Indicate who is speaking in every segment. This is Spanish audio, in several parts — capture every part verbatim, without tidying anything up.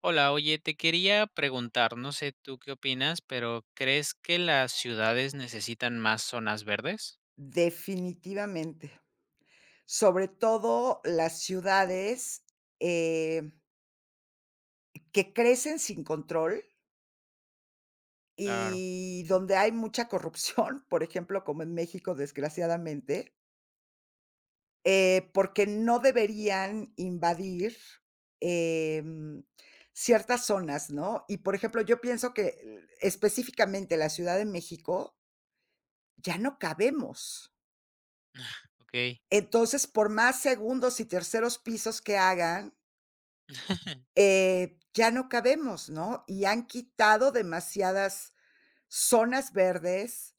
Speaker 1: Hola, oye, te quería preguntar, no sé tú qué opinas, pero ¿crees que las ciudades necesitan más zonas verdes?
Speaker 2: Definitivamente. Sobre todo las ciudades, eh, que crecen sin control
Speaker 1: Claro,
Speaker 2: y donde hay mucha corrupción, por ejemplo, como en México, desgraciadamente, eh, porque no deberían invadir, em, ciertas zonas, ¿no? Y, por ejemplo, yo pienso que, l específicamente la Ciudad de México, ya no cabemos.
Speaker 1: okey.
Speaker 2: Entonces, por más segundos y terceros pisos que hagan, Eh, ya no cabemos, ¿no? Y han quitado demasiadas zonas verdes,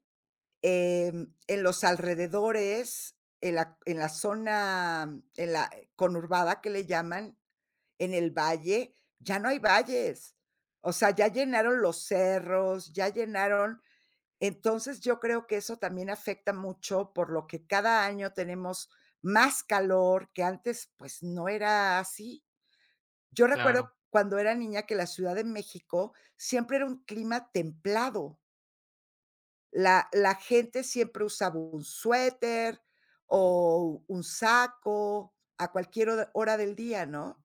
Speaker 2: em, en los alrededores, en la en la zona, en la conurbada que le llaman, en el valle, ya no hay valles. O sea, ya llenaron los cerros, ya llenaron. Entonces, yo creo que eso también afecta mucho, por lo que cada año tenemos más calor, que antes, pues, no era así. Yo recuerdo
Speaker 1: Claro,
Speaker 2: cuando era niña que la Ciudad de México siempre era un clima templado. La la gente siempre usaba un suéter o un saco a cualquier hora hora del día, ¿no?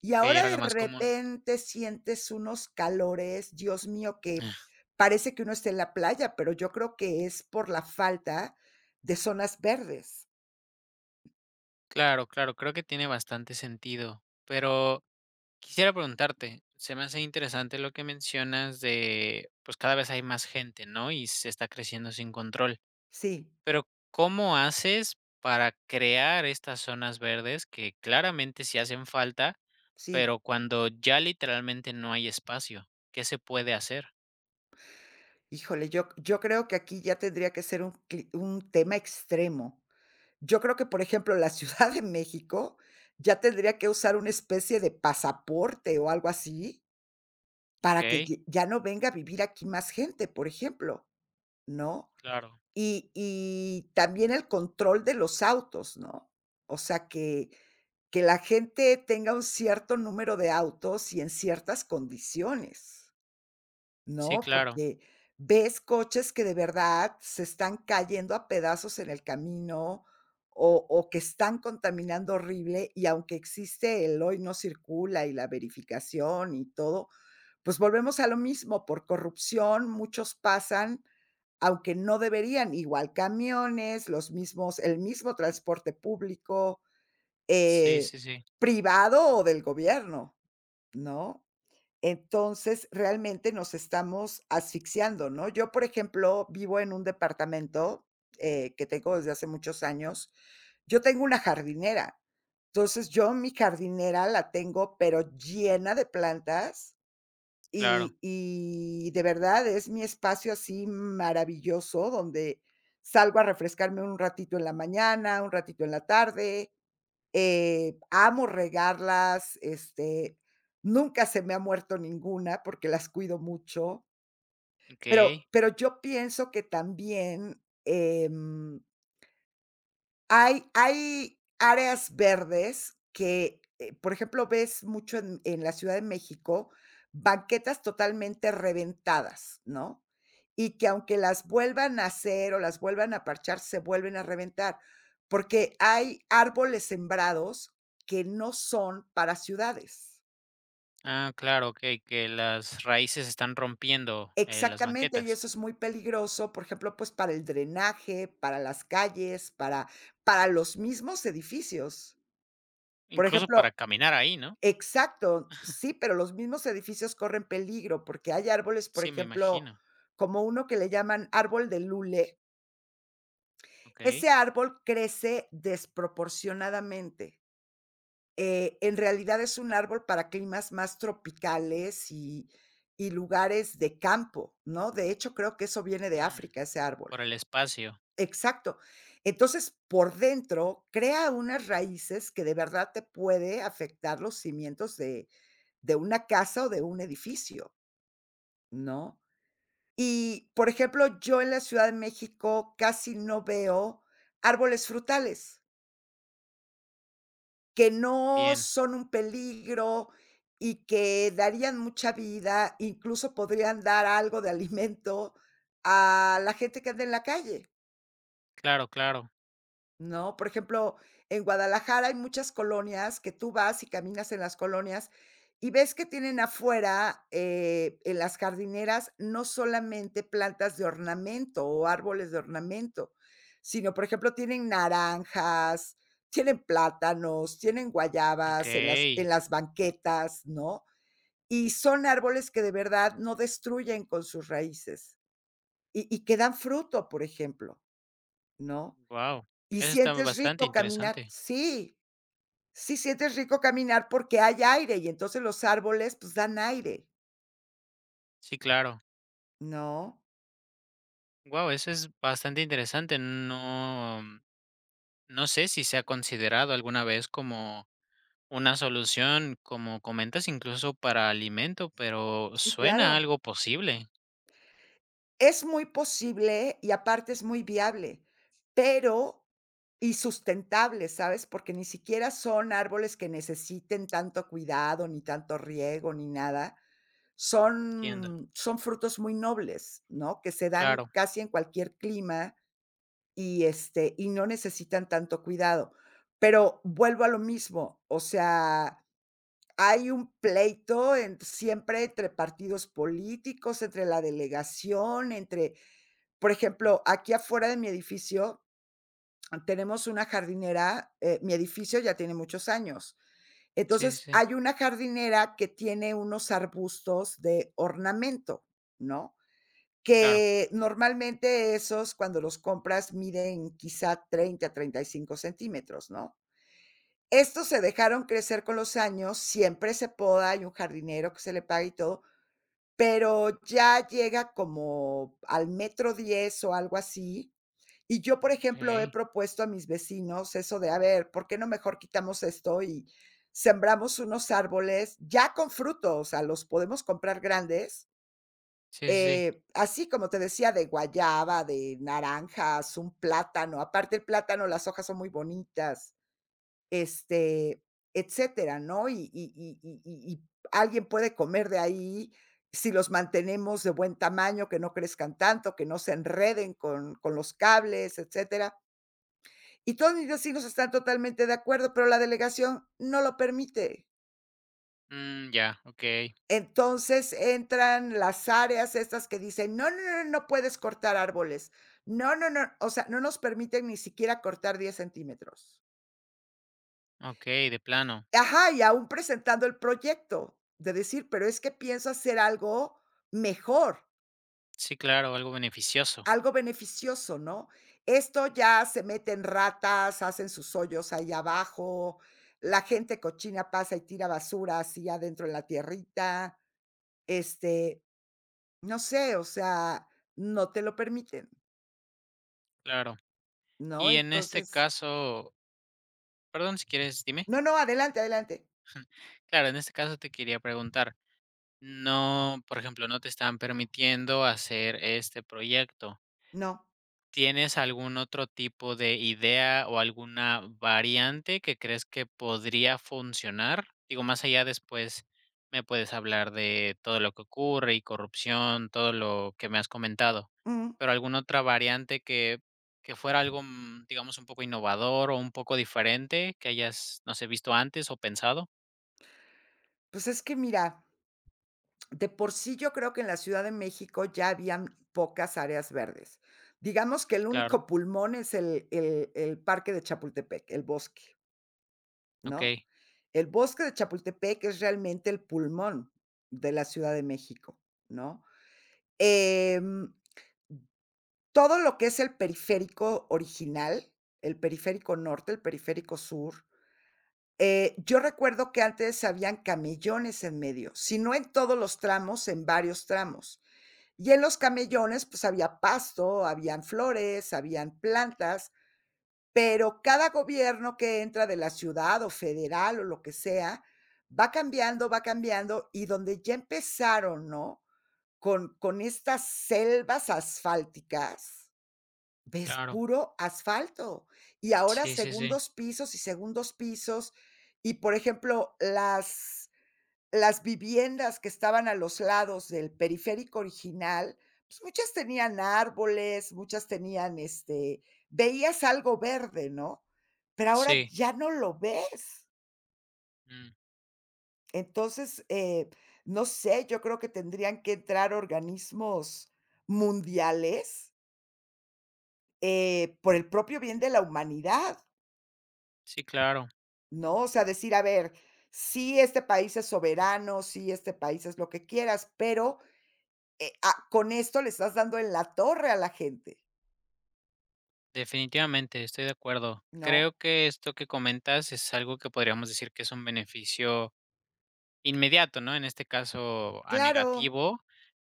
Speaker 2: Y
Speaker 1: okey,
Speaker 2: ahora
Speaker 1: era lo
Speaker 2: de
Speaker 1: más común.
Speaker 2: repente sientes unos calores, Dios mío, que parece que uno está en la playa, pero yo creo que es por la falta de zonas verdes.
Speaker 1: Claro, claro, creo que tiene bastante sentido, pero quisiera preguntarte, se me hace interesante lo que mencionas de, pues, cada vez hay más gente, ¿no? Y se está creciendo sin control.
Speaker 2: Sí,
Speaker 1: Pero, ¿cómo haces para crear estas zonas verdes que claramente sí hacen falta,
Speaker 2: sí.
Speaker 1: pero cuando ya literalmente no hay espacio? ¿Qué se puede hacer?
Speaker 2: Híjole, yo yo creo que aquí ya tendría que ser un cli un tema extremo. Yo creo que, por ejemplo, la Ciudad de México ya tendría que usar una especie de pasaporte o algo así, para que
Speaker 1: Okey,
Speaker 2: ye ya no venga a vivir aquí más gente, por ejemplo, ¿no?
Speaker 1: claro.
Speaker 2: Y y también el control de los autos, ¿no? O sea, que que la gente tenga un cierto número de autos y en ciertas condiciones.
Speaker 1: Sí,
Speaker 2: No,
Speaker 1: claro.
Speaker 2: porque ves coches que de verdad se están cayendo a pedazos en el camino o o que están contaminando horrible, y aunque existe el hoy no circula y la verificación y todo, pues volvemos a lo mismo, por corrupción muchos pasan, aunque no deberían, igual camiones, los mismos el mismo transporte público,
Speaker 1: Sí,
Speaker 2: eh,
Speaker 1: sí, sí,
Speaker 2: privado o del gobierno, ¿no? Entonces, realmente nos estamos asfixiando, ¿no? Yo, por ejemplo, vivo en un departamento, eh, que tengo desde hace muchos años. Yo tengo una jardinera. Entonces, yo mi jardinera la tengo, pero llena de plantas
Speaker 1: claro.
Speaker 2: y y de verdad es mi espacio así maravilloso donde salgo a refrescarme un ratito en la mañana, un ratito en la tarde, eh, amo regarlas, este, nunca se me ha muerto ninguna porque las cuido mucho, pero
Speaker 1: Okey.
Speaker 2: pero yo pienso que también, em hay hay áreas verdes que, eh, por ejemplo, ves mucho en en la Ciudad de México, banquetas totalmente reventadas, ¿no? Y que aunque las vuelvan a hacer o las vuelvan a parchar, se vuelven a reventar, porque hay árboles sembrados que no son para ciudades.
Speaker 1: Ah, claro, okey, que las raíces están rompiendo, eh, las
Speaker 2: Exactamente, y
Speaker 1: banquetas.
Speaker 2: eso es muy peligroso, por ejemplo, pues, para el drenaje, para las calles, para para los mismos edificios. Por
Speaker 1: Incluso para
Speaker 2: ejemplo.
Speaker 1: caminar ahí, ¿no?
Speaker 2: Exacto, sí, pero los mismos edificios corren peligro, porque hay árboles, por
Speaker 1: Sí, me
Speaker 2: ejemplo,
Speaker 1: imagino.
Speaker 2: como uno que le llaman árbol de lule.
Speaker 1: Okey.
Speaker 2: Ese árbol crece desproporcionadamente. Eh, en realidad es un árbol para climas más tropicales y y lugares de campo, ¿no? De hecho, creo que eso viene de
Speaker 1: Mm,
Speaker 2: África, ese árbol.
Speaker 1: por el espacio.
Speaker 2: Exacto. Entonces, por dentro, crea unas raíces que de verdad te puede afectar los cimientos de De una casa o de un edificio, ¿no? Y, por ejemplo, yo en la Ciudad de México casi no veo árboles frutales, que no
Speaker 1: Bien.
Speaker 2: son un peligro y que darían mucha vida, incluso podrían dar algo de alimento a la gente que anda en la calle.
Speaker 1: Claro, claro.
Speaker 2: ¿No? Por ejemplo, en Guadalajara hay muchas colonias que tú vas y caminas en las colonias y ves que tienen afuera, eh, en las jardineras, no solamente plantas de ornamento o árboles de ornamento, sino, por ejemplo, tienen naranjas, tienen plátanos, tienen guayabas en las
Speaker 1: Okey.
Speaker 2: en las banquetas, ¿no? Y son árboles que de verdad no destruyen con sus raíces y y que dan fruto, por ejemplo, ¿no?
Speaker 1: Wow,
Speaker 2: ¿Y
Speaker 1: eso está
Speaker 2: sientes
Speaker 1: bastante
Speaker 2: rico caminar?
Speaker 1: interesante.
Speaker 2: Sí, sí sientes rico caminar porque hay aire y entonces los árboles, pues, dan aire,
Speaker 1: Sí, claro.
Speaker 2: ¿no?
Speaker 1: Wow, eso es bastante interesante. No, no sé si se ha considerado alguna vez como una solución, como comentas, incluso para alimento, pero
Speaker 2: Sí,
Speaker 1: suena
Speaker 2: claro.
Speaker 1: algo posible.
Speaker 2: Es muy posible y aparte es muy viable, pero y sustentable, ¿sabes? Porque ni siquiera son árboles que necesiten tanto cuidado, ni tanto riego, ni nada.
Speaker 1: Entiendo.
Speaker 2: Son son frutos muy nobles, ¿no? Que se dan
Speaker 1: Claro.
Speaker 2: casi en cualquier clima. Y, este, y no necesitan tanto cuidado. Pero vuelvo a lo mismo, o sea, hay un pleito en siempre entre partidos políticos, entre la delegación, entre por
Speaker 1: Mm.
Speaker 2: ejemplo, aquí afuera de mi edificio tenemos una jardinera, eh, mi edificio ya tiene muchos años.
Speaker 1: Sí, sí,
Speaker 2: Entonces,
Speaker 1: sí,
Speaker 2: hay una jardinera que tiene unos arbustos de ornamento, ¿no?
Speaker 1: claro.
Speaker 2: Que normalmente esos, cuando los compras, miden quizá treinta, treinta y cinco centímetros, ¿no? Estos se dejaron crecer con los años, siempre se poda, hay un jardinero que se le paga y todo, pero ya llega como al metro diez o algo así. Y yo, por ejemplo, he
Speaker 1: Okay.
Speaker 2: propuesto a mis vecinos eso de, a ver, ¿por qué no mejor quitamos esto y sembramos unos árboles ya con frutos? O sea, los podemos comprar grandes,
Speaker 1: Sí, sí, sí.
Speaker 2: eh, así como te decía, de guayaba, de naranjas, un plátano, aparte el plátano, las hojas son muy bonitas, este, etcétera, ¿no? Y y y y y y alguien puede comer de ahí si los mantenemos de buen tamaño, que no crezcan tanto, que no se enreden con con los cables, etcétera. Y todos mis vecinos están totalmente de acuerdo, pero la delegación no lo permite.
Speaker 1: Mm, ya, ok.
Speaker 2: Entonces entran las áreas estas que dicen: "No, no, no, no puedes cortar árboles. No, no, no", o sea, no nos permiten ni siquiera cortar diez centímetros.
Speaker 1: Ok, de plano.
Speaker 2: Ajá, y aún presentando el proyecto, de decir: "Pero es que pienso hacer algo mejor,
Speaker 1: Sí, claro, algo beneficioso.
Speaker 2: algo beneficioso", ¿no? Esto ya se meten ratas, hacen sus hoyos ahí abajo, la gente cochina pasa y tira basura así adentro en la tierrita, este no sé, o sea, no te lo permiten,
Speaker 1: Claro.
Speaker 2: ¿no?
Speaker 1: Y en este
Speaker 2: Entonces,
Speaker 1: caso, perdón si quieres, dime.
Speaker 2: no, no, adelante, adelante.
Speaker 1: Claro, en este caso te quería preguntar. No, por ejemplo, no te están permitiendo hacer este proyecto.
Speaker 2: No,
Speaker 1: ¿Tienes algún otro tipo de idea o alguna variante que crees que podría funcionar? Digo, más allá después me puedes hablar de todo lo que ocurre y corrupción, todo lo que me has comentado,
Speaker 2: mm,
Speaker 1: pero alguna otra variante que, que fuera algo, mm, digamos, un poco innovador o un poco diferente que hayas, no sé, visto antes o pensado.
Speaker 2: pues es que mira, de por sí yo creo que en la Ciudad de México ya habían pocas áreas verdes. Digamos que el
Speaker 1: Claro,
Speaker 2: único pulmón es el el el parque de Chapultepec, el bosque,
Speaker 1: ok,
Speaker 2: ¿no? El bosque de Chapultepec es realmente el pulmón de la Ciudad de México, ¿no? Em Todo lo que es el periférico original, el periférico norte, el periférico sur, eh, yo recuerdo que antes habían camellones en medio, si no en todos los tramos, en varios tramos. Y en los camellones, pues, había pasto, habían flores, habían plantas, pero cada gobierno que entra, de la ciudad o federal o lo que sea, va cambiando, va cambiando, y donde ya empezaron, ¿no?, con con estas selvas asfálticas. Ves
Speaker 1: claro.
Speaker 2: puro asfalto. Y ahora
Speaker 1: Sí, sí, sí,
Speaker 2: segundos pisos y segundos pisos. Y, por ejemplo, las las viviendas que estaban a los lados del periférico original, pues, muchas tenían árboles, muchas tenían, este, veías algo verde, ¿no? Pero ahora
Speaker 1: sí.
Speaker 2: ya no lo ves. Entonces, eh, no sé, yo creo que tendrían que entrar organismos mundiales, eh, por el propio bien de la humanidad.
Speaker 1: Sí, claro,
Speaker 2: ¿No? O sea, decir, a ver, sí, este país es soberano, sí, este país es lo que quieras, pero, eh, ah, con esto le estás dando en la torre a la gente,
Speaker 1: definitivamente, estoy de acuerdo.
Speaker 2: ¿no?
Speaker 1: Creo que esto que comentas es algo que podríamos decir que es un beneficio inmediato, ¿no? En este caso, a
Speaker 2: Claro,
Speaker 1: negativo,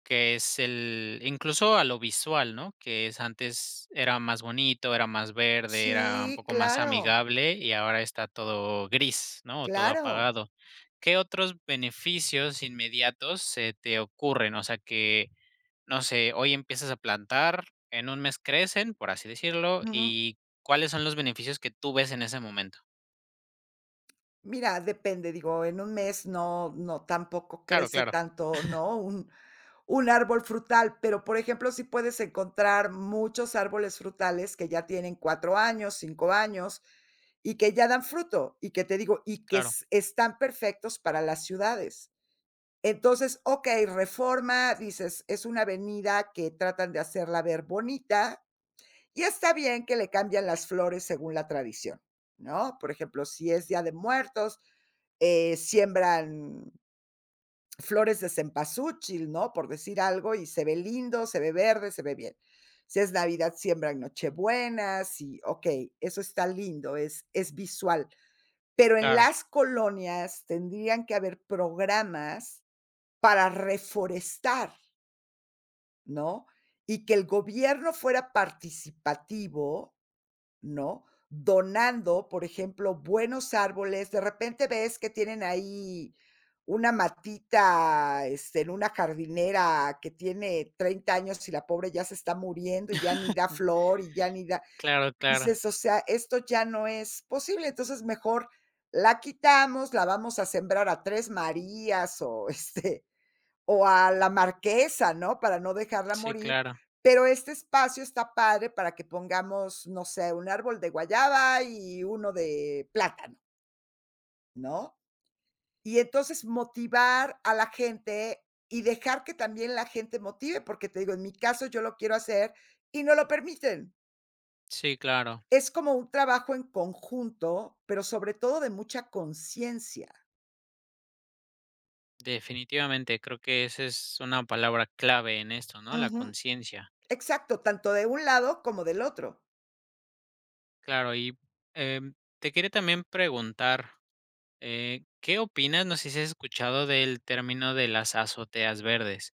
Speaker 1: que es el, incluso a lo visual, ¿no? Que es antes era más bonito, era más verde, era un
Speaker 2: sí,
Speaker 1: poco más
Speaker 2: claro,
Speaker 1: amigable y ahora está todo gris, ¿no? O todo
Speaker 2: claro.
Speaker 1: apagado. ¿Qué otros beneficios inmediatos se te ocurren? O sea, que no sé, hoy empiezas a plantar, en un mes crecen, por así decirlo,
Speaker 2: Ujú.
Speaker 1: y cuáles son los beneficios que tú ves en ese momento.
Speaker 2: Mira, depende, digo, en un mes no no tampoco
Speaker 1: Claro,
Speaker 2: crece
Speaker 1: claro,
Speaker 2: tanto, ¿no? Un Un árbol frutal, pero, por ejemplo, si puedes encontrar muchos árboles frutales que ya tienen cuatro años, cinco años, y que ya dan fruto, y que te digo, y que
Speaker 1: claro,
Speaker 2: s están perfectos para las ciudades. Entonces, okey, Reforma, dices, es una avenida que tratan de hacerla ver bonita, y está bien que le cambian las flores según la tradición, ¿no? Por ejemplo, si es Día de Muertos, eh, siembran flores de cempasúchil, ¿no? Por decir algo, y se ve lindo, se ve verde, se ve bien. Si es Navidad, siembran nochebuenas y okey, eso está lindo, es es visual. Pero en
Speaker 1: claro,
Speaker 2: las colonias tendrían que haber programas para reforestar, ¿no? Y que el gobierno fuera participativo, ¿no? Donando, por ejemplo, buenos árboles. De repente ves que tienen ahí una matita, este, en una jardinera que tiene treinta años y la pobre ya se está muriendo y ya ni da flor y ya ni da.
Speaker 1: claro, claro.
Speaker 2: Dices: "O sea, esto ya no es posible". Entonces, mejor la quitamos, la vamos a sembrar a Tres Marías o, este, o a La Marquesa, ¿no? Para no dejarla
Speaker 1: Sí,
Speaker 2: morir,
Speaker 1: claro,
Speaker 2: pero este espacio está padre para que pongamos, no sé, un árbol de guayaba y uno de plátano, ¿no? Y entonces motivar a la gente y dejar que también la gente motive, porque te digo, en mi caso, yo lo quiero hacer y no lo permiten.
Speaker 1: sí, claro.
Speaker 2: Es como un trabajo en conjunto, pero sobre todo de mucha conciencia.
Speaker 1: Definitivamente, creo que esa es una palabra clave en esto, ¿no? La
Speaker 2: Ujú,
Speaker 1: conciencia.
Speaker 2: exacto, tanto de un lado como del otro.
Speaker 1: Claro, y em, te quería también preguntar, eh, ¿qué opinas? No sé si has escuchado del término de las azoteas verdes.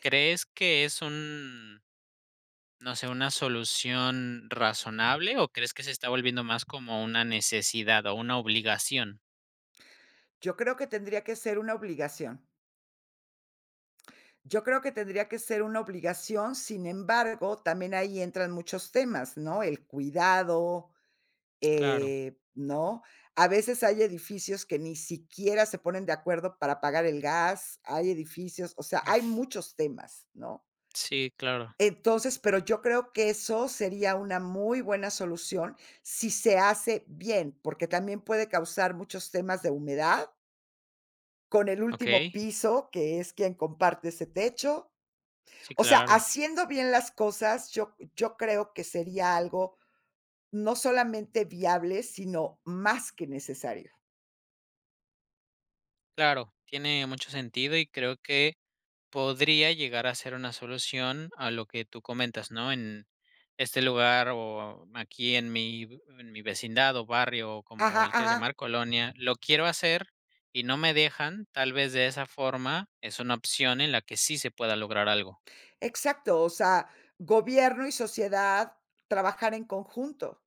Speaker 1: ¿Crees que es un no sé, una solución razonable o crees que se está volviendo más como una necesidad o una obligación?
Speaker 2: Yo creo que tendría que ser una obligación. Yo creo que tendría que ser una obligación, sin embargo, también ahí entran muchos temas, ¿no? El cuidado,
Speaker 1: Claro.
Speaker 2: eh, ¿no? A veces hay edificios que ni siquiera se ponen de acuerdo para pagar el gas, hay edificios, o sea, hay
Speaker 1: Mm.
Speaker 2: muchos temas, ¿no?
Speaker 1: Sí, claro.
Speaker 2: Entonces, pero yo creo que eso sería una muy buena solución si se hace bien, porque también puede causar muchos temas de humedad con el último
Speaker 1: Okey.
Speaker 2: piso, que es quien comparte ese techo,
Speaker 1: Sí,
Speaker 2: o sea,
Speaker 1: claro.
Speaker 2: haciendo bien las cosas, yo yo creo que sería algo no solamente viable, sino más que necesario.
Speaker 1: Claro, tiene mucho sentido y creo que podría llegar a ser una solución a lo que tú comentas, ¿no? En este lugar o aquí en mi en mi vecindad o barrio, o
Speaker 2: Ajá,
Speaker 1: como le quieras
Speaker 2: ajá,
Speaker 1: llamar, colonia, lo quiero hacer y no me dejan, tal vez de esa forma es una opción en la que sí se pueda lograr algo.
Speaker 2: exacto. O sea, gobierno y sociedad trabajar en conjunto.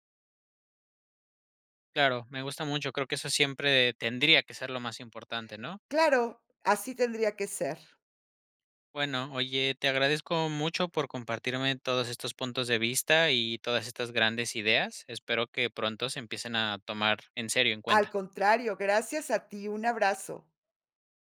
Speaker 1: Claro, me gusta mucho, creo que eso siempre tendría que ser lo más importante, ¿no?
Speaker 2: Claro, así tendría que ser.
Speaker 1: Bueno, oye, te agradezco mucho por compartirme todos estos puntos de vista y todas estas grandes ideas. Espero que pronto se empiecen a tomar en serio en
Speaker 2: Al
Speaker 1: cuenta.
Speaker 2: contrario, gracias a ti, un abrazo.